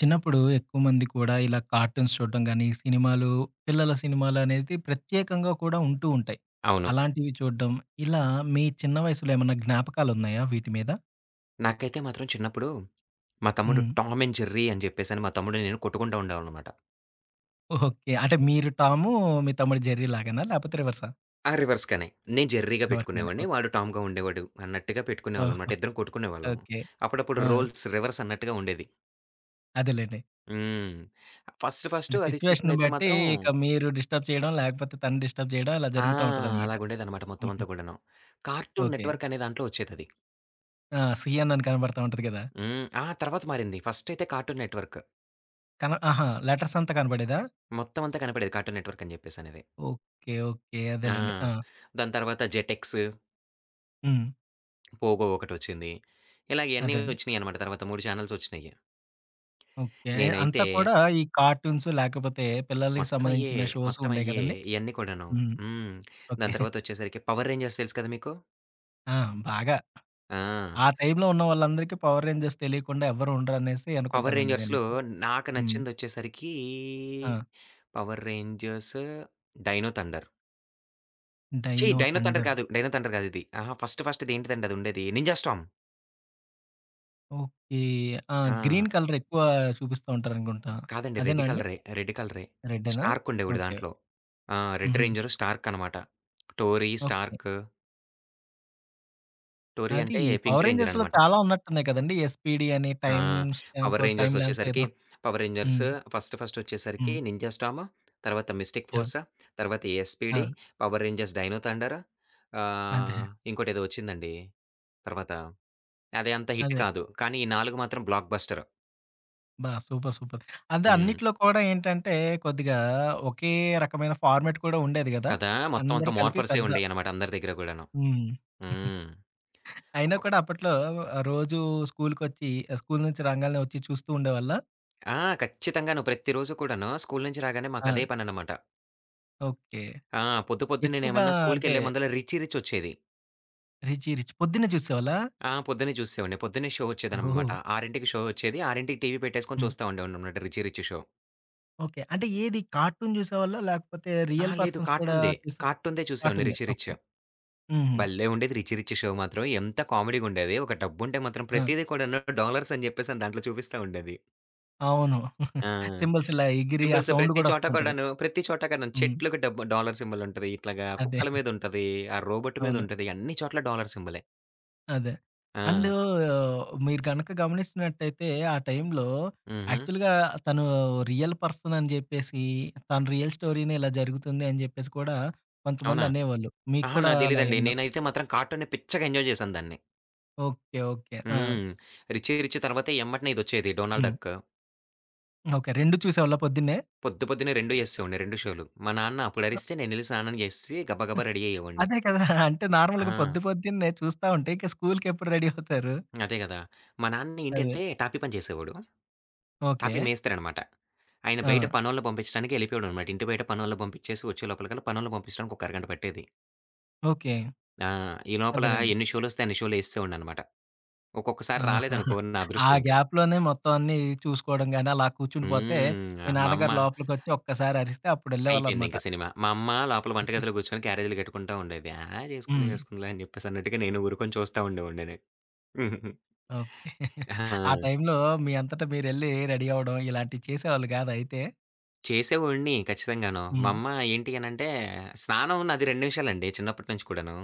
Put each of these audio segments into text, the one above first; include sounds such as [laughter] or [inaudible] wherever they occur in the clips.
చిన్నప్పుడు ఎక్కువ మంది కూడా ఇలా కార్టూన్స్ చూడడం గానీ, సినిమాలు, పిల్లల సినిమాలనేది ప్రత్యేకంగా కూడా ఉంటూ ఉంటాయి. అవును. అలాంటివి చూడడం, ఇలా మీ చిన్న వయసులో ఏమన్నా జ్ఞాపకాలున్నాయా వీటి మీద? నాకైతే మాత్రం చిన్నప్పుడు మా తమ్ముడు హ్మ్. 'టామ్ అండ్ జెర్రీ' అని జెప్పేసని మా తమ్ముడు నేను కొట్టుకుంటా ఉండేవాళ్ళనమాట. ఓకే. అంటే మీరు టాము, మీ తమ్ముడు జెర్రీ లాగానా? లేపోతే రివర్సా? ఆ! రివర్స్‌గానే. నేను జెర్రీగా రివర్స్ గానే. పెట్టుకునేవాడిని. ఓకే. వాడు టామ్‌గా ఉండేవాడు అన్నట్టుగా ఓహో! పెట్టుకునేవాళ్ళనమాట. ఇద్దరం కొట్టుకునేవాళ్ళము. ఓకే. అప్పుడప్పుడు ఆ! రోల్స్ రివర్స్ అన్నట్టుగా ఉండేది. అదేలెండి. హ్మ్. ఫస్ట్ ఫస్ట్ అంటే అది సిట్యుయేషన్‌ని చూసిందైతే బట్టి మాత్రం ఇక మీరు డిస్టర్బ్ చేయడం, లేకపోతే తను డిస్టర్బ్ చేయడం అలా ఆ! జరుగుతా ఉంటదనమాట. అలాగుండేదనమాట మొత్తం హుహు. అంతా కూడాను. Cartoon okay. నెట్‌వర్క్ అనే దాంట్లో వచ్చేదది. ఆ! 'సి' అని కనబడతా ఉంటది గదా! హ్మ్. ఆ! తర్వాత మారింది. ఫస్ట్ అయితే కార్టూన్ నెట్‌వర్క్. ఆహా! లెటర్స్ అంతా కనబడేదా? మొత్తం అంతా కనపడేది కార్టూన్ నెట్‌వర్క్ అని జెప్పేసనేది. ఓకే. ఓకే. ఆ! అదేలెండి. ఆ! దాని తర్వాత జెటెక్స్. హ్మ్. పోగో ఒకటొచ్చింది. ఇలాగ ఇయన్నీ అదే. వచ్చినియనమాట. తర్వాత 3 చానెల్సొచ్చినియి. ఓకే. అంతా నేనైతే కూడా ఈ కార్టూన్స్ లేకపోతే పిల్లలకి మొత్తం అయ్యే. సంబంధించిన షోస్ మొత్తం ఉండేయి అయ్యే గదండీ! ఇయన్నీ కూడాను. హ్మ్. హ్మ్. ఓకే. దాని తర్వాతొచ్చేసరికి 'పవర్ రేంజర్స్' తెలుసు కదా మీకు? ఆ! బాగా. ఆ! ఆ టైంలో ఉన్న వాళ్ళందరికీ 'పవర్ రేంజర్స్' తెలియకుండా ఎవ్వరు ఉండరనేసి 'పవర్ అనుకుంటానండి రేంజర్స్‌లో' నేనైతే. నాకు హ్మ్. నచ్చిందొచ్చేసరికి ఆ! 'పవర్ రేంజర్స్' 'డైనో థండర్' ఛీ! 'Dino 'dino thunder' thunder'. కాదు. 'డైనో థండర్' కాదిది. అహా! ఫస్ట్‌దేంటిదండి అదుండేది 'నింజా స్టార్మ్' ఓకే. ఆ! ఆ! గ్రీన్ కలర్ ఎక్కువ చూపిస్తూ ఉంటారనుకుంటా. కాదండి. రెడ్ అదేనా అండి? కలరే. రెడ్ కలరే. రెడ్డేనా? స్టార్క్ ఉండేవాడు ఓకే. దాంట్లో. ఆ! రెడ్ హుహు. రేంజర్, స్టార్క్ అనమాట. Tori, okay. స్టార్క్. టోరీ అది అంటే పింక్ 'పవర్ రేంజర్ రేంజర్స్‌లో' అనమాట. చాలా ఉన్నట్టున్నాయి కదండీ! ఎస్పీడీ అని ఆ! Time stamp, power rangers time lapse వచ్చేసరికి, ఏదో. పవర్ రేంజర్స్ హ్మ్. ఫస్ట్ ఫస్ట్ వచ్చేసరికి హ్మ్. నింజా స్టార్మ్, తర్వాత మిస్టిక్ యాహ్! ఫోర్స్, తర్వాత ఆ! SPD, power rangers dino thunder, అదే. ఆహ్, ఇంకోటేదో వచ్చిందండి. తర్వాత అది అంత హిట్ అదే. కాదు. కానీ ఈ 4 మాత్రం బ్లాక్ బస్టర్. బా సూపర్. సూపర్. అదే హ్మ్. అన్నిట్లో కూడా ఏంటంటే కొద్దిగా ఒకే రకమైన ఫార్మాట్ కూడా ఉండేది గదా! కదా! మొత్తం అందరూ అంతా కలిపి మార్ఫర్సే పెద్ద ఉండేయన్నమాట అందరి దగ్గర కూడాను. హ్మ్. హ్మ్. అయినా కూడా ఒక్కొక్కటి అప్పట్లో ఆహ్, రోజు స్కూలుకొచ్చి ఆహ్, స్కూలు నుంచి రాంగాల్నే వచ్చి చూస్తూ ఉండేవాళ్ళా? ఆ! ఖచ్చితంగాను. ప్రతిరోజు కూడాను స్కూలు నుంచి రాగానే ఆ! మాకదే పననమాట. ఓకే. ఆ! పొద్దు ఎక్కువగా పొద్దున్నేమన్నా అంటే స్కూలుకెళ్ళే ముందల రిచీ రిచ్ వచ్చేది. 'రిచీ రిచ్' పొద్దున్నే చూసేవాళ్ళా? ఆ! పొద్దున్నే చూసేసేవాడిని. పొద్దున్నే షో ఓహ్! వచ్చేదనమాట. 6కి షో వచ్చేది. 6కి టీవీ పెట్టేసుకొని హ్మ్. చూస్తా ఉండేవాడిననమాట 'రిచీ రిచ్' షో. ఓకే. అంటే ఏది కార్టూన్ జూసేవాళ్ళా? లేకపోతే రియల్ అహా! లేదు పర్సన్స్ కూడా కార్టూన్‌దే. చూసే కార్టూన్‌దే చూసేవాడిని కార్టూనే. 'Richie rich.' ఓకే. హుహు. భలే ఉండేది 'రిచీ రిచ్' షో మాత్రం. ఎంత కామెడీగుండేది. ఒక డబ్బుంటే మాత్రం ఆ! ప్రతీది కూడాను డాలర్స్ అని చెప్పేసని దాంట్లో చూపిస్తా ఉండేది. అవును. [laughs] ఆ! సింబల్స్ ఇలా ఎగిరి ఆ సింబల్స్ సౌండ్ ప్రతి గూడా వస్తూ చోట ఉంటది. కూడాను, ప్రతి చోట కూడాను హ్మ్. చెట్లుకి డబ్బు డాలర్ సింబల్ ఉంటది. ఇట్లాగా అదే. కుక్కల మీదుంటది. ఆ రోబోట్ అవును. మీదుంటది. అన్ని చోట్ల డాలర్ సింబలే. అదే. అండు ఆ! మీరు గనక గమనిస్తున్నట్టయితే ఆ టైంలో హుహు. యాక్చువల్‌గా తను రియల్ పర్సన్ అని జెప్పేసి, తన రియల్ స్టోరీనే ఇలా జరుగుతుంది అని జెప్పేసి కూడా కొంతమంది అవునా? అనేవాళ్ళు. మీకు అహా! కూడా నాకు అలా తెలీదండి. ఏమన్నా నేనైతే మాత్రం కార్టూన్‌ని పిచ్చగా ఎంజాయ్ చేశాను దాన్ని. ఓకే. ఓకే. ఆ! హ్మ్. 'రిచీ రిచ్' తర్వాతే ఎమ్మటనే ఇదొచ్చేది 'డోనాల్డ్ హ్మ్. డక్.' ఓకే. 2 చూసేవాళ్ళా పొద్దున్నే? పొద్దు పొద్దున్నే 2 ఎసేవాడిని 2 షోలు. మా నాన్న అ! అప్పుడరిస్తే నేనెళ్ళి స్నానం చేసేసి గబగబా రెడీ అయ్యేవాడిని. అదే కదా! అంటే నార్మల్‌గా ఆ! పొద్దు పొద్దున్నే చూస్తా ఉంటే ఇక స్కూలుకెప్పుడు రెడీ అవుతారు? అదే గదా! మా నాన్న అదే. ఏంటంటే టాపీ పని చేసేవాడు. ఓకే. టాపీ మేస్త్రి అనమాట. ఆయన ఆ! బయట పనోళ్ళని పంపించడానికి ఎళ్ళిపోయాడనమాట. ఇంటి బయట పనోళ్ళని పంపించేసి వచ్చే లోపలికల్లా పనోళ్ళని పంపించడానికి ఒక అరగంట పట్టేది. ఓకే. ఆ! ఈ లోపల అదేనండి. ఎన్ని షోలొస్తే అన్ని షోలు ఎసేసేవాడిననమాట. ఒక్కొక్కసారి ఆహా! రాలేదనుకో నా ఆ అదృష్టం ఇంకా. గ్యాప్‌లోనే మొత్తం అన్నీ చూసుకోవడం గాని, అలా కూర్చుండిపోతే హ్మ్. మీ మా అమ్మ నాన్నగారు లోపలికొచ్చి ఒక్కసారి అరిస్తే అయిపోయింది అప్పుడెళ్ళేవాళ్ళనమాట. ఇంక సినిమా. మా అమ్మ లోపల వంటగదిలో కూర్చొని క్యారేజీలు కట్టుకుంటా ఉండేది. ఆ! చేసుకుందాం హ్మ్. చేసుకుందాంలే అని చెప్పేసి అన్నట్టుగా నేను ఊరుకొని చూస్తా ఉండేవాడిని. నేను. ఓకే. ఆ ఆ! టైంలో మీ అంతట మీరెళ్లి రెడీ అవ్వడం ఇలాంటివి చేసేవాళ్ళు గాదయితే. చేసేవోడిని ఖచ్చితంగాను. మా హ్మ్. అమ్మ ఏంటి అనంటే స్నానం నాది 2 నిమిషాలండి చిన్నప్పటి నుంచి కూడాను.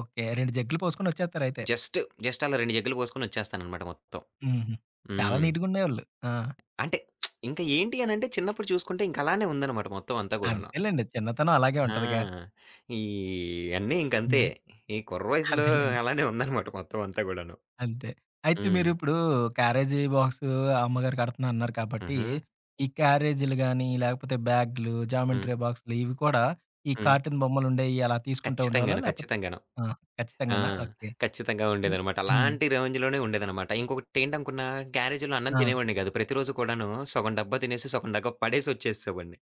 ఓకే. 2 జగ్గులు పోసుకొనొచ్చేత్తారయితే. జస్ట్, జస్ట్ అలా 2 జగ్గులు పోసుకొని వచ్చేస్తాననమాట మొత్తం. హుహు. చాలా హ్మ్. నీట్‌గుండేవాళ్ళు. ఆ! అంటే ఇంకా ఏంటి అనంటే చిన్నప్పుడు చూసుకుంటే ఇంక అలానే ఉందనమాట మొత్తం అంతా కూడాను. అంతేలెండి. చిన్నతనం అలాగే ఉంటదిగా. ఆ! ఈ అన్నీ ఇంకంతే. హ్మ్. ఈ కుర్ర వయసులో అదేలెండి. అలానే ఉందనమాట మొత్తం అంతా కూడాను. అంతే. అయితే హ్మ్. మీరిప్పుడు క్యారేజీ బాక్స్ అమ్మగారు కడుతున్నా అన్నారు కాబట్టి, హుహు. ఈ క్యారేజీలు గాని, లేకపోతే బ్యాగ్‌లు, హ్మ్. జామెంట్రీ బాక్స్‌లు ఇవి కూడా ఈ హ్మ్. కార్టూన్ బొమ్మలుండేయి అలా తీసుకుంటూ ఉండేవాళ్ళా? ఖచ్చితంగాను. లేకపోతే ఖచ్చితంగాను. ఆ! ఆ! ఖచ్చితంగానా? ఓకే. ఖచ్చితంగా హ్మ్. ఉండేదనమాట. హ్మ్. అలాంటి రేంజ్‌లోనే ఉండేదనమాట. ఇంకొకటేంటనుకున్నా గ్యారేజ్‌లో అన్నం ఆ! తినేవాడిని కాదు. ప్రతిరోజు కూడాను సగం డబ్బా తినేసి, సగం డబ్బా పడేసి వచ్చేసేవాడిని.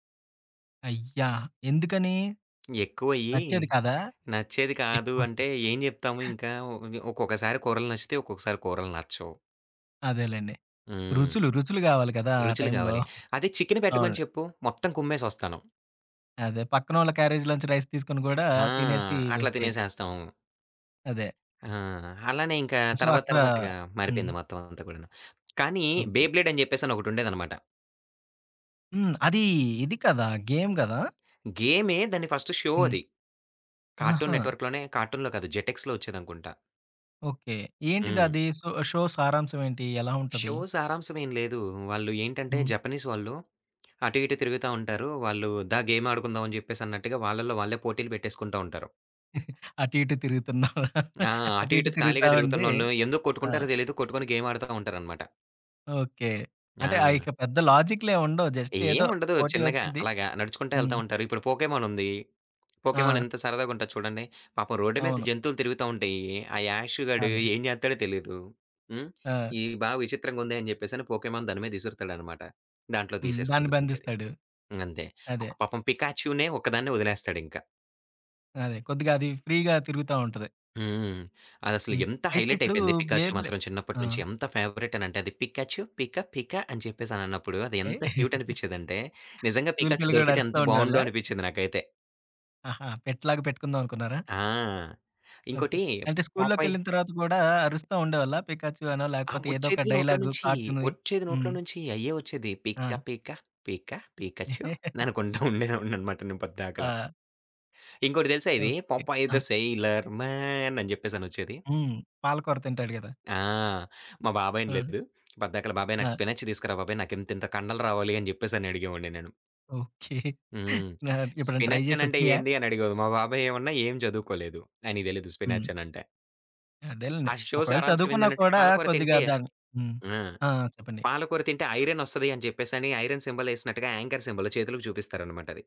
అయ్యా! ఎందుకని? ఎక్కువయ్యి నచ్చేది కాదా? నచ్చేది కాదు ఎక్కువ అంటే ఏం చెప్తాము ఇంకా ఒక్కొక్కసారి కూరలు నచ్చితే, ఒక్కొక్కసారి కూరలు నచ్చవు. అదేలెండి. హ్మ్. రుచులు, రుచులు గావాలి కదా! ఆ రుచులు టైంలో. కావాలి. అదే చికెన్ పెట్టమని అవును. చెప్పు మొత్తం కుమ్మేసొస్తాను. అదే పక్కనోళ్ళ క్యారేజీలోంచి రైస్ తీసుకొని గూడా ఆ! తినేసి అట్లా వచ్చేయొచ్చు. తినేసేస్తాం. అదే. ఆ! అలానే ఇంకా సో, తర్వాత అక్కడ తర్వాతగా హ్మ్. మారిపోయింది మొత్తం అంతా కూడాను. కానీ ఓకే. బేబ్లేడ్ అని చెప్పేసని ఒకటుండేదనమాట. హ్మ్. అది ఇది కదా! గేమ్ గదా! గేమే. దాని ఫస్ట్ షో హ్మ్. అది. కార్టూన్ ఆహా! నెట్‌వర్క్‌లోనే కార్టూన్‌లో కాదు జెటెక్స్‌లో వచ్చేదనుకుంటా. ఓకే. ఏంటిది హ్మ్. అది? సో షో సారాంశం ఏంటి? ఎలా ఉంటది? షో సారాంశమేం లేదు. వాళ్ళు ఏంటంటే హ్మ్. జపనీస్ వాళ్ళు అటు ఇటు తిరుగుతా ఉంటారు. వాళ్ళు దా గేమ్ ఆడుకుందాం అని జెప్పేసి అన్నట్టుగా వాళ్ళలో వాళ్ళే పోటీలు పెట్టేసుకుంటా ఉంటారు. అటు ఇటు తిరుగుతున్నారా? ఆ! [laughs] అటు అటు ఇటు ఇటు తిరుగుతా ఖాళీగా ఉండి తిరుగుతున్నోళ్ళు ఎందుకు ఆ! కొట్టుకుంటారో తెలీదు. కొట్టుకొని గేమ్ ఆడుతా ఉంటారనమాట. ఓకే. ఆ! అంటే ఆహ్, ఇక పెద్ద లాజిక్‌లేం ఉండవు. జస్ట్ ఏదో ఏముండదు. పోటీ చిన్నగా వచ్చింది. అలాగా నడుచుకుంటా హ్మ్. ఎళ్తా ఉంటారు. ఇప్పుడు 'పోకేమాన్' ఉంది. 'పోకేమాన్' ఆ! ఎంత సరదాగా ఉంటది చూడండి. పాపం రోడ్డు మీద అవును. జంతువులు తిరుగుతా ఉంటాయి. ఆ 'యాష్' గాడు అదే. ఏం జేత్తాడో తెలీదు. హ్మ్. ఆ! ఇది బా విచిత్రంగా ఉంది అని జెప్పేసని 'పోకేమాన్' దాని మీద ఇసురుతాడనమాట. దాంట్లో హ్మ్. దాన్ని తీసేసుకుంటది ఇంకది. బంధిస్తాడు. అంతే. అదే. ఒక పాపం 'పికాచ్యు'నే ఒక్కదాన్నే వదిలేస్తాడింక. అదే. కొద్దిగా అది ఫ్రీగా తిరుగుతా ఉంటది. హ్మ్. అదసలు హ్మ్. ఎంత అయితే హైలైట్ ఇప్పుడు అయిపోయింది 'పికాచ్చు' బేబ్లే మాత్రం చిన్నప్పటి ఆ! నుంచి ఎంత ఫేవరెట్ అనంటే అది 'పికాచ్చు పిక పిక' అని చెప్పేసనన్నప్పుడు అది ఏ ఎంత క్యూట్ [laughs] అనిపిచ్చేదంటే నిజంగా 'పికాచ్చు' స్కూల్‌కెళ్ళి గూడా దొరికితే అరుస్తా ఎంత బావుండో ఉండేవాళ్ళా? అనిపిచ్చింది నాకైతే. ఆహా! పెట్ లాగా పెట్టుకుందాం అనుకున్నారా? ఆ! ఓకే. ఇంకోటి అంటే 'పాపాయ్' స్కూల్లోకెళ్ళిన తర్వాత గూడా అరుస్తా ఉండేవాళ్ళా? పికాచు అనో, ఆ! లేకపోతే ఏదో ఒక వచ్చేది నోట్లో డైలాగు నుంచి, కార్టూన్‌వి. వచ్చేది నోట్లో హ్మ్. నుంచి అయ్యే వచ్చేది. ఆ! 'పిక్క పిక, పిక పికచ్చు' [laughs] అనుకుంటా ఉండేవాడిననమాట నేను పద్దాకల. ఆ! ఇంకోటి తెలుసా ఇది okay. 'Popeye the ah! Sailor man' అని చెప్పేసనొచ్చేది. హ్మ్. పాలకూర తింటాడు గదా! ఆ! మా బాబాయి ఆ! అనలేదు. పద్దాకల బాబాయ్ ఆ! నాకు స్పినచ్ తీసుకురా బాబాయ్ నాకింతింత కండలు రావాలి అని చెప్పేసని అడిగేవాడిని నేను. ఓకే. హ్మ్. ఆ! ఎప్పుడైనా ట్రై స్పినచ్ అనంటే జేసొచ్చినియా? ఏంది అని అడిగేవాడు. మా బాబాయ్ ఏమన్నా ఏం చదువుకోలేదు. ఆయనకి తెలీదు హ్మ్. స్పినచ్ అనంటే. అదేలెండి. ఆ షోస్ ఒకవేళ ఆరాంసే చదువుకున్నా విందనంటే కూడా పాలకూర కొద్దిగా తింటే దాన్ని హ్మ్. ఆ! ఆ! చెప్పండి. పాలకూర తింటే ఐరన్ ఒస్తది అని జెప్పేసని, ఐరన్ సింబల్ ఏసినట్టుగా యాంకర్ సింబల్ చేతులకి చూపిస్తారనమాట అది.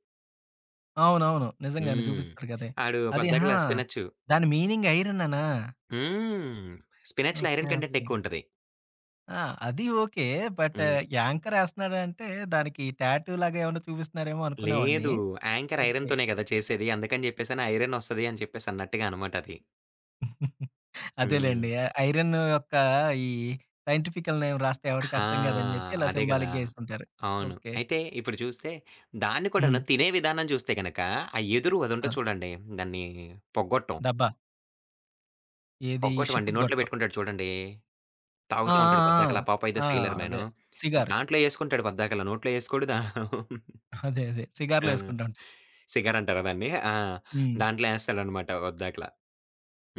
అవునవును. నిజంగానే హ్మ్. చూపిస్తారు గదే! ఆడు అది పొద్దాకల ఆ! స్పినచ్చు. దాని మీనింగ్ ఐరన్ అనా? హ్మ్. స్పినచ్‌లో ఓకే. Iron content okay. ఎక్కువుంటది. ఆ! అది ఓకే. But hmm. యాంకర్ ఏస్తన్నాడంటే దానికి టాటూ లాగా ఏమన్నా చూపిస్తున్నారేమో అనుకునేవాడిని. లేదు. Anchor okay. ఐరన్‌తోనే గదా! చేసేది. అందుకని జెప్పేసని ఐరన్ ఒస్తది అని చెప్పేసి అన్నట్టుగా అనమాట అది. హ్మ్. అదేలెండి. ఐరన్ యొక్క ఈ సైంటిఫికల్ నేమ్ రాస్తే ఎవరికీ ఆ! అర్థం కాదని చెప్పి ఇలా అదే గదా! సింబాలిక్‌గా ఏసుంటారు. అవును. ఓకే. అయితే ఇప్పుడు చూస్తే దాన్ని హ్మ్. కూడాను తినే విధానం చూస్తే గనక, ఆ ఎదురు ఆ! అదుంటది చూడండి. దాన్ని పొగ్గొట్టం. డబ్బా. ఏది పొగ్గొట్టం అండి. షిప్‌కి నోట్లో గొట్టం. బెట్టుకుంటాడు చూడండి. ఆ! ఆ! తాగుతా ఉంటాడు పద్దాకలా 'పాపాయ్ ద ఆ! ఆ! సేలర్ అదే. మ్యాను.' సిగార్. దాంట్లో యేసుకుంటాడు పద్దాకలా. నోట్లో యేసుకోడు. దా అదే. అదే. సిగార్‌లో ఆ! ఏసుకుంటాం. సిగార్ అంటారా దాన్ని? ఆ! హ్మ్. దాంట్లో యేస్తాడనమాట పద్దాకలా.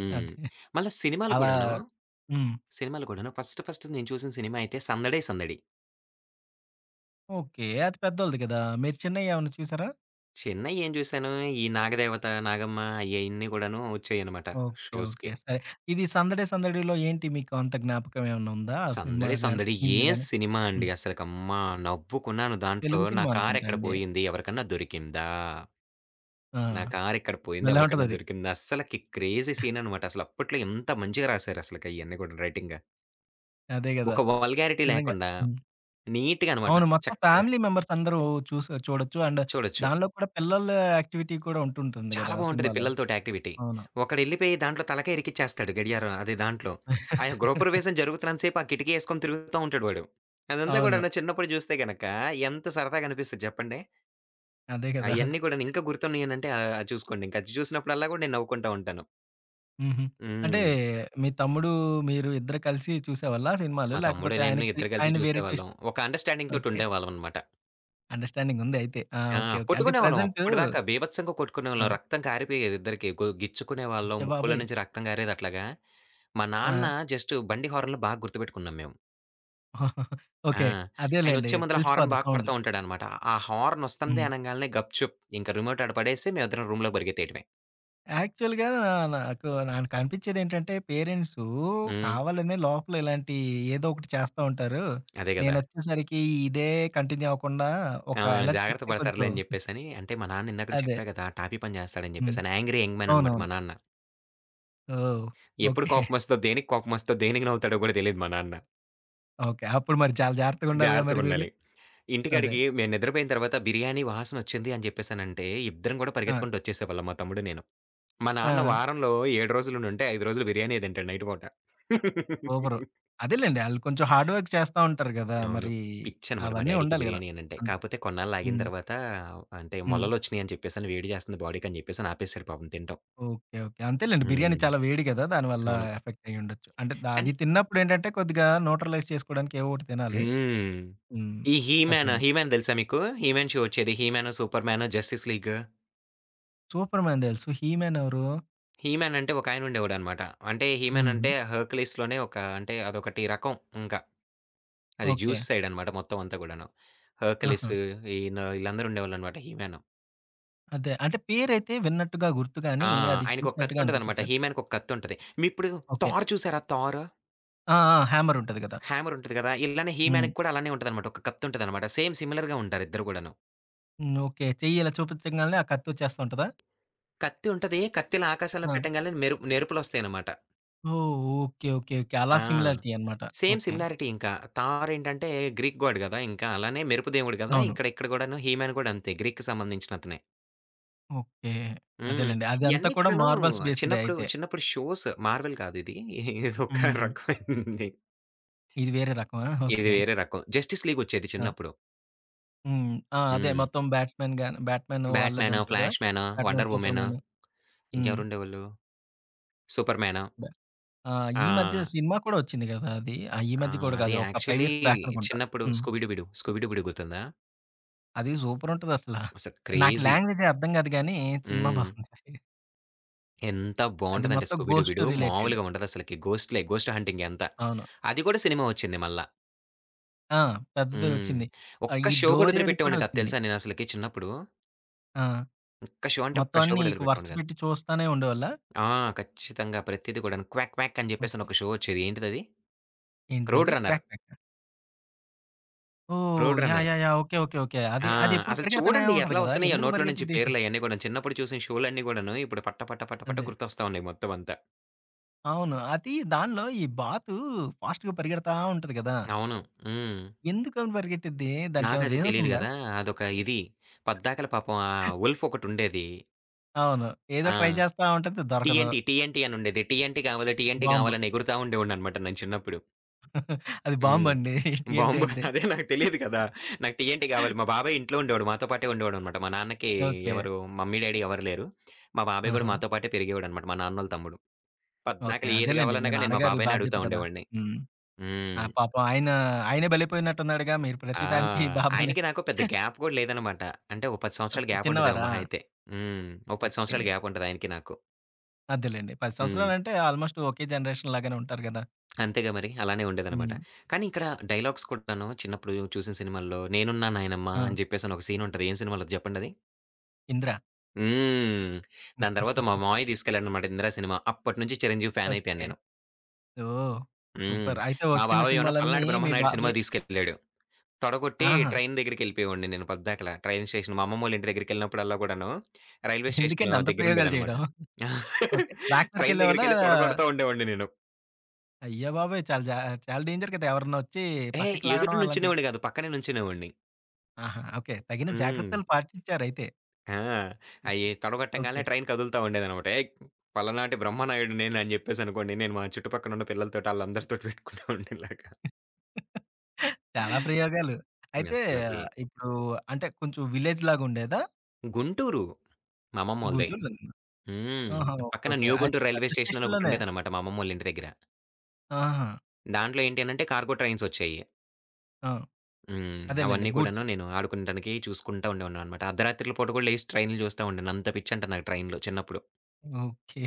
హ్మ్. అదే. మళ్ళా సినిమాలు అలా కూడాను, హ్మ్. సినిమాలు కూడాను ఫస్ట్ ఫస్ట్ నేను చూసిన సినిమా అయితే 'సందడే సందడి.' ఓకే. అది పెద్దోళ్ళది కదా! మీరు చిన్నయేమన్నా చూసారా? చిన్నగ ఏం చూసాను, ఈ నాగదేవత, నాగమ్మ అయన్నీ కూడాను వచ్చాయనమాట ఓకే. ఓకే. షోస్‌కి. సరే. ఇది 'సందడే సందడిలో' ఏంటి మీకు అంత జ్ఞాపకం ఏమన్నా ఉందా? ఆ సినిమా 'సందడి గాని, సందడి' సీన్‌లు ఏం గాని? సినిమా అండి హ్మ్. అసలకమ్మా! నవ్వుకున్నాను దాంట్లో. తెలుగు నా సినిమా అనుకుంటా కారెక్కడ అండి. పోయింది? ఎవరికన్నా దొరికిందా? ఆ! నా కారెక్కడ పోయింది, భలే ఎవరికన్నా ఉంటదది. దొరికింది. అస్సలకి క్రేజీ సీననమాట. అసలు అప్పట్లో ఎంత మంచిగా రాశారు అసలకి అయన్నీ కూడా రైటింగ్. అదే గదా! ఒక వల్గారిటీ నిజంగా. లేకుండా హ్మ్. నీట్‌గా అనమాట. అవును. మొత్తం చక్కగా ఫ్యామిలీ మెంబర్స్ అందరూ చూస చూడొచ్చు. అండ్ చూడొచ్చు. దానిలో కూడా పిల్లల యాక్టివిటీ కూడా ఉంటుంటుంది చాలా గదా! ఆ బావుంటది సినిమాలో. పిల్లలతోటి యాక్టివిటీ. అవును. ఒకడెళ్ళిపోయి దాంట్లో తలకాయ ఇరికిచ్చేస్తాడు గడియారం అది దాంట్లో. ఆ [laughs] గృహప్రవేశం జరుగుతున్నంత సేపు ఆ కిటికీ యేసుకొని తిరుగుతా ఉంటాడు వాడు. అదంతా అవును. గూడాను చిన్నప్పుడు జూస్తే గనక ఎంత సరదాగా అనిపిస్తది జెప్పండి. అదే గదా! అయన్నీ గూడాను ఇంకా గుర్తున్నాయనంటే ఆహ్, చూసుకోండి. ఇంక అది చూసినప్పుడల్లా గూడా నేను నవ్వుకుంటా ఉంటాను. హుహు. అంటే హ్మ్. మీ తమ్ముడు, మీరు ఇద్దరు కలిసి చూసేవాళ్ళా సినిమాలు? మా తమ్ముడు, లేకపోతే నేను ఆయనకి ఇద్దరు కలిసి ఆయన వేరే చూసేవాళ్ళం. ట్విస్ట్ ఒక అండర్‌స్టాండింగ్ ఓకే. తోటుండేవాళ్ళం అనమాట. అండర్‌స్టాండింగ్ ఉంది అయితే. ఆ! ఆ! ఓకే. ఓకే. అంటే కొట్టుకునేవాళ్ళం ప్రెజెంటు అప్పటిదాకా బీభత్సంగా కొట్టుకునేవాళ్ళం. ఆ! రక్తం కారిపోయేది ఇద్దరికి. గు గిచ్చుకునేవాళ్ళం. అయ్య ముక్కులో బాబోయ్! నుంచి రక్తం కారేది అట్లాగా. మా ఆ! నాన్న జస్ట్ బండి హారన్‌లు బాగా గుర్తుపెట్టుకున్నాం మేము. [laughs] ఆ! ఓకే. అదేలెండి. ఆయనొచ్చే ముందల హారన్ తెలిసిపోద్ది బాగా సౌండు. కొడతా ఉంటాడనమాట. ఆ హారన్ ఒస్తంది హ్మ్. అనంగాల్నే గప్‌చుప్ ఇంకా రిమోట్ ఆడ పడేసి మేమిద్దరం రూమ్‌లోకి పరిగెత్తేయటమే. యాక్చువల్‌గా నాకు నాకు అనిపించేదేంటంటే పేరెంట్సు హ్మ్. కావాలనే లోపల ఇలాంటి ఏదో ఒకటి చేస్తా ఉంటారు. అదే గదా! నేనొచ్చేసరికి ఇదే కంటిన్యూ అవ్వకుండా ఒక ఆ! అలర్ట్ జాగ్రత్త ఇస్తే కొంచెం పడతారులే అని జెప్పేసని అంటే మా నాన్న ఇందాకడ అదే. చెప్పా గదా! టాపీ పని జేస్తాడని హ్మ్. జెప్పేసని. యాంగ్రీ యంగ్ మ్యాన్ అనమాట మా అవునవును. నాన్న. ఓహ్! ఎప్పుడు ఓకే. కోపమొస్తదో, దేనికి కోపమొస్తదో, దేనికి నవ్వుతాడో గూడా తెలీదు మా నాన్న. ఓకే. అప్పుడు మరి చాలా జాగ్రత్తగుండాలిగా మరి మీరు. జాగ్రత్తగుండాలి. అదే. ఇంటికాడికి మేము నిద్రపోయిన తర్వాత బిర్యానీ వాసనొచ్చింది అని జెప్పేసనంటే, ఇద్దరం గూడా ఆ! పరిగెత్తుకుంటూ ఒచ్చేసేవాళ్ళం మా తమ్ముడు నేను. మా ఆ! నాన్న వారంలో 7 రోజులునుంటే 5 రోజులు బిర్యానీయే తింటాడు నైట్ పూట. సూపరు. అదేలెండి. ఆళ్ళు కొంచెం హార్డ్ వర్క్ చేస్తా ఉంటారు గదా! అవును. మరి పిచ్చనమాట మా అవన్నీ డ్యాడీకి ఉండాలి గదా! బిర్యానీ అనంటే. అంతే. కాపోతే కొన్నాళ్ళాగిన హ్మ్. తర్వాత అంటే హ్మ్. మొలలొచ్చినియి అని చెప్పేసని, వేడి జేస్తుంది బాడీకని జెప్పేసని ఆపేసాడు పాపం తినటం. ఓకే. ఓకే. అంతేలెండి. బిర్యానీ హ్మ్. చాలా వేడి గదా! దానివల్ల అవును. ఎఫెక్ట్ అయ్యుండొచ్చు. అంటే ద కానీ అది తిన్నప్పుడేంటంటే కొద్దిగా న్యూట్రలైజ్ చేసుకోవడానికి ఏవో ఒకటి తినాలి. హ్మ్. హ్మ్. ఈ 'హీ మ్యాన్' అదేలెండి. 'హీ మ్యాన్' తెలుసా మీకు? 'హీ మ్యాన్' షో వచ్చేది. 'He man', 'Superman', 'justice league' 'Superman' తెలుసు. 'హీ మ్యాన్' ఎవరు? 'హీ మ్యాన్' అంటే ఒకాయన ఉండేవాడనమాట. అంటే 'హీ మ్యాన్' హుహు. అంటే 'హెర్క్యులీస్‌లోనే' ఒక అంటే అదొకటి రకం ఇంకా. అది ఓకే. జ్యూస్ సైడ్ అనమాట మొత్తం అంతా గూడాను. 'హెర్క్యులీస్' ఆహా! ఈయన ఈళ్ళందరూ ఉండేవాళ్ళనమాట 'హీ మ్యాన్.' అదే. అంటే పేరైతే విన్నట్టుగా గుర్తు గానీ, ఆ! అది ఆయనకొక చూసినట్టుగా కత్తుంటదనమాట. అనిపించట్లేదు. 'హీ మ్యాన్'కి ఒక కత్తుంటది. మీప్పుడు ఓకే. 'థార్' చూసారా 'థార్'? ఆ! ఆ! హ్యామర్ ఉంటది గదా! హ్యామర్ ఉంటది కదా! ఇలానే 'హీ హ్మ్. మ్యాన్'కి కూడా అలానే ఉంటదనమాట. ఒక కత్తుంటదనమాట. సేమ్ సిమిలర్‌గా ఉంటారు ఇద్దరు గూడాను. హ్మ్. ఓకే. చెయ్యి ఇలా చూపించంగాల్నే ఆ కత్తొచ్చేస్తా ఉంటదా? కత్తి ఉంటది. కత్తిలా ఆకాశంలో ఆ! పెట్టంగాల్నే మెరు మెరుపులొస్తాయనమాట. ఓహ్! ఓకే. ఓకే. ఓకే. అలా ఆ! సిమిలారిటీ అనమాట. Same okay. సిమిలారిటీ ఇంకా. 'థార్' ఏంటంటే గ్రీక్ గాడ్ గదా! ఇంకా అలానే మెరుపు దేవుడు గదా! అవును. ఇక్కడ ఇక్కడ గూడాను 'హీమాన్' గూడా అంతే గ్రీక్‌కి సంబంధించిన అతనే. ఓకే. హ్మ్. అదేలెండి. అదంతా ఇయన్నీ కూడా కూడాను మార్వెల్స్ బేస్‌డే చిన్నప్పుడు, అయితే. చిన్నప్పుడు షోస్ 'మార్వెల్' కాదిది. ఇదొక హుహు. రకమైంది. ఇది వేరే రకమా? ఇది ఓకే. వేరే రకం. 'జస్టిస్ లీగ్' వచ్చేది ఆ! చిన్నప్పుడు. హ్మ్. ఆ! అదే హ్మ్. మొత్తం బ్యాట్స్‌మెన్ గాని బ్యాట్‌మెన్ 'బ్యాట్ మ్యాను', వాళ్ళదుంటది కదా! 'Flash man', Batman, 'wonder woman' Superman. హ్మ్. ఇంకెవరుండేవాళ్ళు? 'Superman'. బ ఆ! ఆ! ఈ మధ్య సినిమా కూడా వచ్చింది కదా! అది. ఆ! ఈ ఆ! మధ్య కూడా అది కాదు. ఒక 5 యాక్చువల్లీ ఇయర్స్ బ్యాక్ అనుకుంటా. చిన్నప్పుడు హ్మ్. 'Scooby Dooby Doo', 'Scooby Dooby Doo' గుర్తుందా? అది సూపరుంటదసల. అసలు నాకు క్రేజీ. లాంగ్వేజే అర్థం కాదు గానీ, సినిమా హ్మ్. బాగుంటది. ఎంత అది బావుంటదంటే మొత్తం 'Scooby Dooby ghost Doo' related. మామూలుగా ఉండదసలకి. గోస్ట్‌లే గోస్ట్ హంటింగే అంతా. అవును. అది కూడా సినిమా ఒచ్చింది మళ్ళా. ఆ! పెద్దదే హ్మ్. వచ్చింది. ఆహ్, ఒక్క ఈ షో కూడా డోరేది కూడా వదిలిపెట్టేవాడిని కాదు వచ్చింది. తెలుసా నేనసలకి చిన్నప్పుడు. ఆ! ఒక్క షో అంటే మొత్తం ఒక్క షో అన్నీ కూడా ఇక వరుస వదిలిపెట్టేవాడిని కాదు. పెట్టి చూస్తానే ఉండేవాళ్ళా? ఆ! ఖచ్చితంగా ప్రతీది కూడాను. 'క్వాక్ క్వాక్' అని చెప్పేసని ఓకే. ఒక షో ఒచ్చేది. ఏంటిదది? 'రోడ్ ఏంటిదది? రన్నర్'. క్వాక్ క్వాకా? ఓహ్! 'Road yeah! Runner.' Yeah! Yeah! Okay. Okay. Okay. అది ఆ! అదెప్పుడు అసలు పరిగెడతానే చూడండి ఉంటది ఎట్లా గదా! ఒత్తన్నాయో ఎందుకు నోట్లో నుంచి పరిగెట్టిద్ది? పేర్లయన్నీ కూడాను. చిన్నప్పుడు చూసిన షోలన్నీ గూడాను ఇప్పుడు పట్ట పట్ట పట్ట పట్ట అదే. గుర్తొస్తా ఉన్నాయి మొత్తం అంతా. అవును. అది దానిలో ఈ బాతు ఫాస్ట్‌గా పరిగెడతా ఉంటది గదా! అవును. హ్మ్. ఎందుకని పరిగెట్టిద్ది? దానికేమైనా నాకది రీజన్స్ తెలీదు ఉందా? గదా! అదొక ఇది. పద్దాకల పాపం ఆ 'వుల్ఫ్' ఒకటుండేది. అవును. ఏదో ట్రై ఆ! చేస్తా ఉంటది దొరకదు. టీఎన్‌టీ, టీఎన్‌టీ అనుండేది. టీఎన్‌టీ కావాలి, టీఎన్‌టీ బాంబు. కావాలని ఎగురుతా ఉండేవాడిననమాట నేను చిన్నప్పుడు. అది హ్మ్. బాంబండి. ఏంటి బాంబు అంటే [laughs] అదే నాకు తెలీదు కదా! నాకు టీఎన్‌టీ కావాలి. మా బాబాయ్ ఇంట్లో ఉండేవాడు. మాతో పాటే ఉండేవాడనమాట. మా నాన్నకి ఓకే. ఎవరు మమ్మీ, డ్యాడీ ఎవరు లేరు. మా బాబాయ్ గూడా ఆహా! మాతో పాటే పెరిగేవాడనమాట. మా నాన్నోళ్ళ తమ్ముడు. ఓకే. పద్దాకల ఏది అదేలెండి. మీ కావాలన్నా గాని నేను మా నాన్నగారి బాబాయినే బాధ్యత అడుగుతా కదా! ఉండేవాడిని. హ్మ్. ఆ! హ్మ్. పాపం ఆయన, ఆయనే బలైపోయినట్టున్నాడుగా. మీరు ప్రతి ఆ! దానికి [laughs] బాబాయినే ఆయనకి నాకు పెద్ద గ్యాప్ గూడా లేదనమాట. అంటే ఓ 10 సంవత్సరాల ఓకే. గ్యాప్ ఉంటదేమో చిన్నవారా? మహా అయితే. హ్మ్. ఓ 10 ఓకే. సంవత్సరాల గ్యాప్ ఉంటది ఆయనకి నాకు. అదేలెండి. 10 హ్మ్. సంవత్సరాలంటే ఆల్‌మోస్ట్ ఒకే జనరేషన్ లాగానే ఉంటారు గదా! అంతేగా మరి. అలానే ఉండేదనమాట. హ్మ్. కానీ ఇక్కడ డైలాగ్స్ కూడాను చిన్నప్పుడు చూసిన సినిమాల్లో 'నేనున్నా నాయనమ్మ' ఆ! అని జెప్పేసని ఒక సీన్ ఉంటది. ఏం సినిమాలో అది జెప్పండది? 'ఇంద్ర.' హ్మ్. దాని తర్వాత మా మావయ్య తీసుకెళ్ళాడనమాట 'ఇందిరా' సినిమా. అప్పటి నుంచి 'చిరంజీవి' ఫ్యాన్ అయిపోయాను ఓకే. నేను. ఓహ్! హ్మ్. సూపర్. అయితే మా వచ్చిన బాబాయేమో సినిమాలన్నీ 'పల్నాడు మీ బ్రహ్మనాయుడు' బాబాయ్ సినిమాకి తీసుకెళ్ళాడు. తొడగొట్టి ఆహా! ట్రైన్ దగ్గరికెళ్ళిపోయేవాడిని నేను పద్దాకల. ట్రైన్ స్టేషన్ మా అమ్మమ్మోళ్ళ ఇంటి దగ్గరికెళ్ళినప్పుడల్లా గూడాను, రైల్వే స్టేషన్ ఎందుకండి అంత ప్రయోగాలు దగ్గరుండేదనమాట. చేయడం? ఓకే. ట్రాక్ ట్రైన్ మీదకెళ్ళేవాళ్ళా? దగ్గరికెళ్ళి తొడగొడతా ఉండేవాడిని నేను. అయ్య బాబోయ్! చాలా జా చాలా డేంజర్ కదా! ఎవరన్నా వచ్చి ఏహ్! పక్కకి లాగడం ఎదురు అలాంటివి. నుంచునేవాడిని గాదు. పక్కనే నుంచునేవాడిని. ఆహా! ఓకే. తగిన హ్మ్. జాగ్రత్తలు పాటించారైతే. ఆ! అయి ఓకే. తొడగొట్టంగాల్నే ట్రైన్ కదులుతా ఉండేదనమాట. ఏయ్! పలనాటి బ్రహ్మనాయుడు నేను అని జెప్పేసనుకోండి, నేను మా చుట్టుపక్కనున్న పిల్లలతోటి ఆళ్ళందరితోటి పెట్టుకునేవాడిని ఇలాగా. చాలా ప్రయోగాలు. అయితే అసలకి ఇప్పుడు అంటే కొంచెం విలేజ్ లాగా ఉండేదా? గుంటూరు మా అమ్మమ్మోళ్ళది. గుంటూరులో హ్మ్. హ్మ్. ఆహా! ఓకే. పక్కన ఓకే. న్యూ అయితే గుంటూరు పెద్ద రైల్వే స్టేషన్ అని స్టేషన్‌లోనే. ఒకటుండేదనమాట మా అమ్మమ్మోళ్ళ ఇంటి దగ్గర. ఆహా! దాంట్లో ఏంటి అనంటే కార్గో ట్రైన్సొచ్చాయి. ఆ! హ్మ్. అదేలెండి అవన్నీ గూడ్స్. కూడాను నేను ఆడుకుంటానికి చూసుకుంటా ఉండేవాడిననమాట. అర్ధరాత్రుల పూట కూడా లేసి ట్రైన్‌లు చూస్తా ఉండాను. అంత పిచ్చంట నాకు ట్రైన్‌లు చిన్నప్పుడు. ఓకే.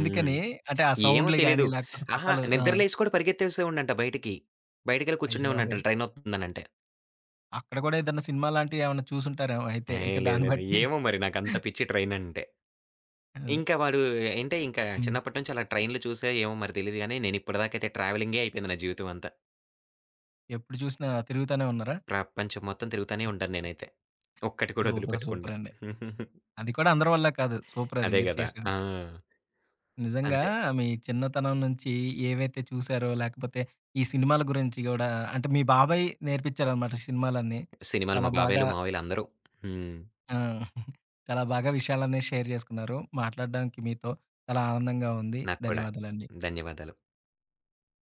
హ్మ్. అంటే ఆ ఏమో సౌండ్‌లు గాని తెలీదు. లేకపోతే అహా! పట్టాలు ఆ! నిద్ర లేసి కూడా పరిగెత్తేసేవాడినంట బయటికి. బయటికెళ్ళి అయ్య కూర్చునేవాడినంట బాబోయ్! ట్రైనొస్తుందనంటే. అక్కడ కూడా ఏదైనా సినిమా లాంటివి ఏమన్నా చూసుంటారేమో అయితే. ఇక ఏహ్! లేదు దాన్ని లేదు. బట్టి ఏమో మరి నాకంత పిచ్చి ట్రైనంటే. అదే. ఇంకా వాడు ఏంటే ఇంకా హ్మ్. చిన్నప్పటి నుంచి అలా ట్రైన్‌లు చూసా ఏమో మరి తెలీదు గానీ, నేనిప్పటిదాకైతే ట్రావెలింగే అయిపోయింది నా జీవితం అంతా. ఎప్పుడు చూసినా తిరుగుతానే ఉన్నారా? ప్రపంచం మొత్తం తిరుగుతానే ఉంటాను నేనైతే. ఒక్కటి కూడా సూపర్. సూపర్ వదిలిపెట్టకుండా. అండి. అది కూడా అందరి వల్ల కాదు. సూపర్ అది అదే మీరు గదా! ఆ! చేసేది. నిజంగా అంతే. మీ చిన్నతనం నుంచి ఏవైతే చూసారో, లేకపోతే ఈ సినిమాల గురించి గూడా అంటే మీ బాబాయ్ నేర్పించారనమాట సినిమాలన్నీ. సినిమాలు చాలా మా బాగా బాబాయిలు, మావయ్యలు అందరూ. హ్మ్. ఆ! [laughs] చాలా బాగా విషయాలన్నీ షేర్ జేసుకున్నారు. మాట్లాడడానికి మీతో చాలా ఆనందంగా ఉంది. నాకు కూడా. ధన్యవాదాలండి. ధన్యవాదాలు.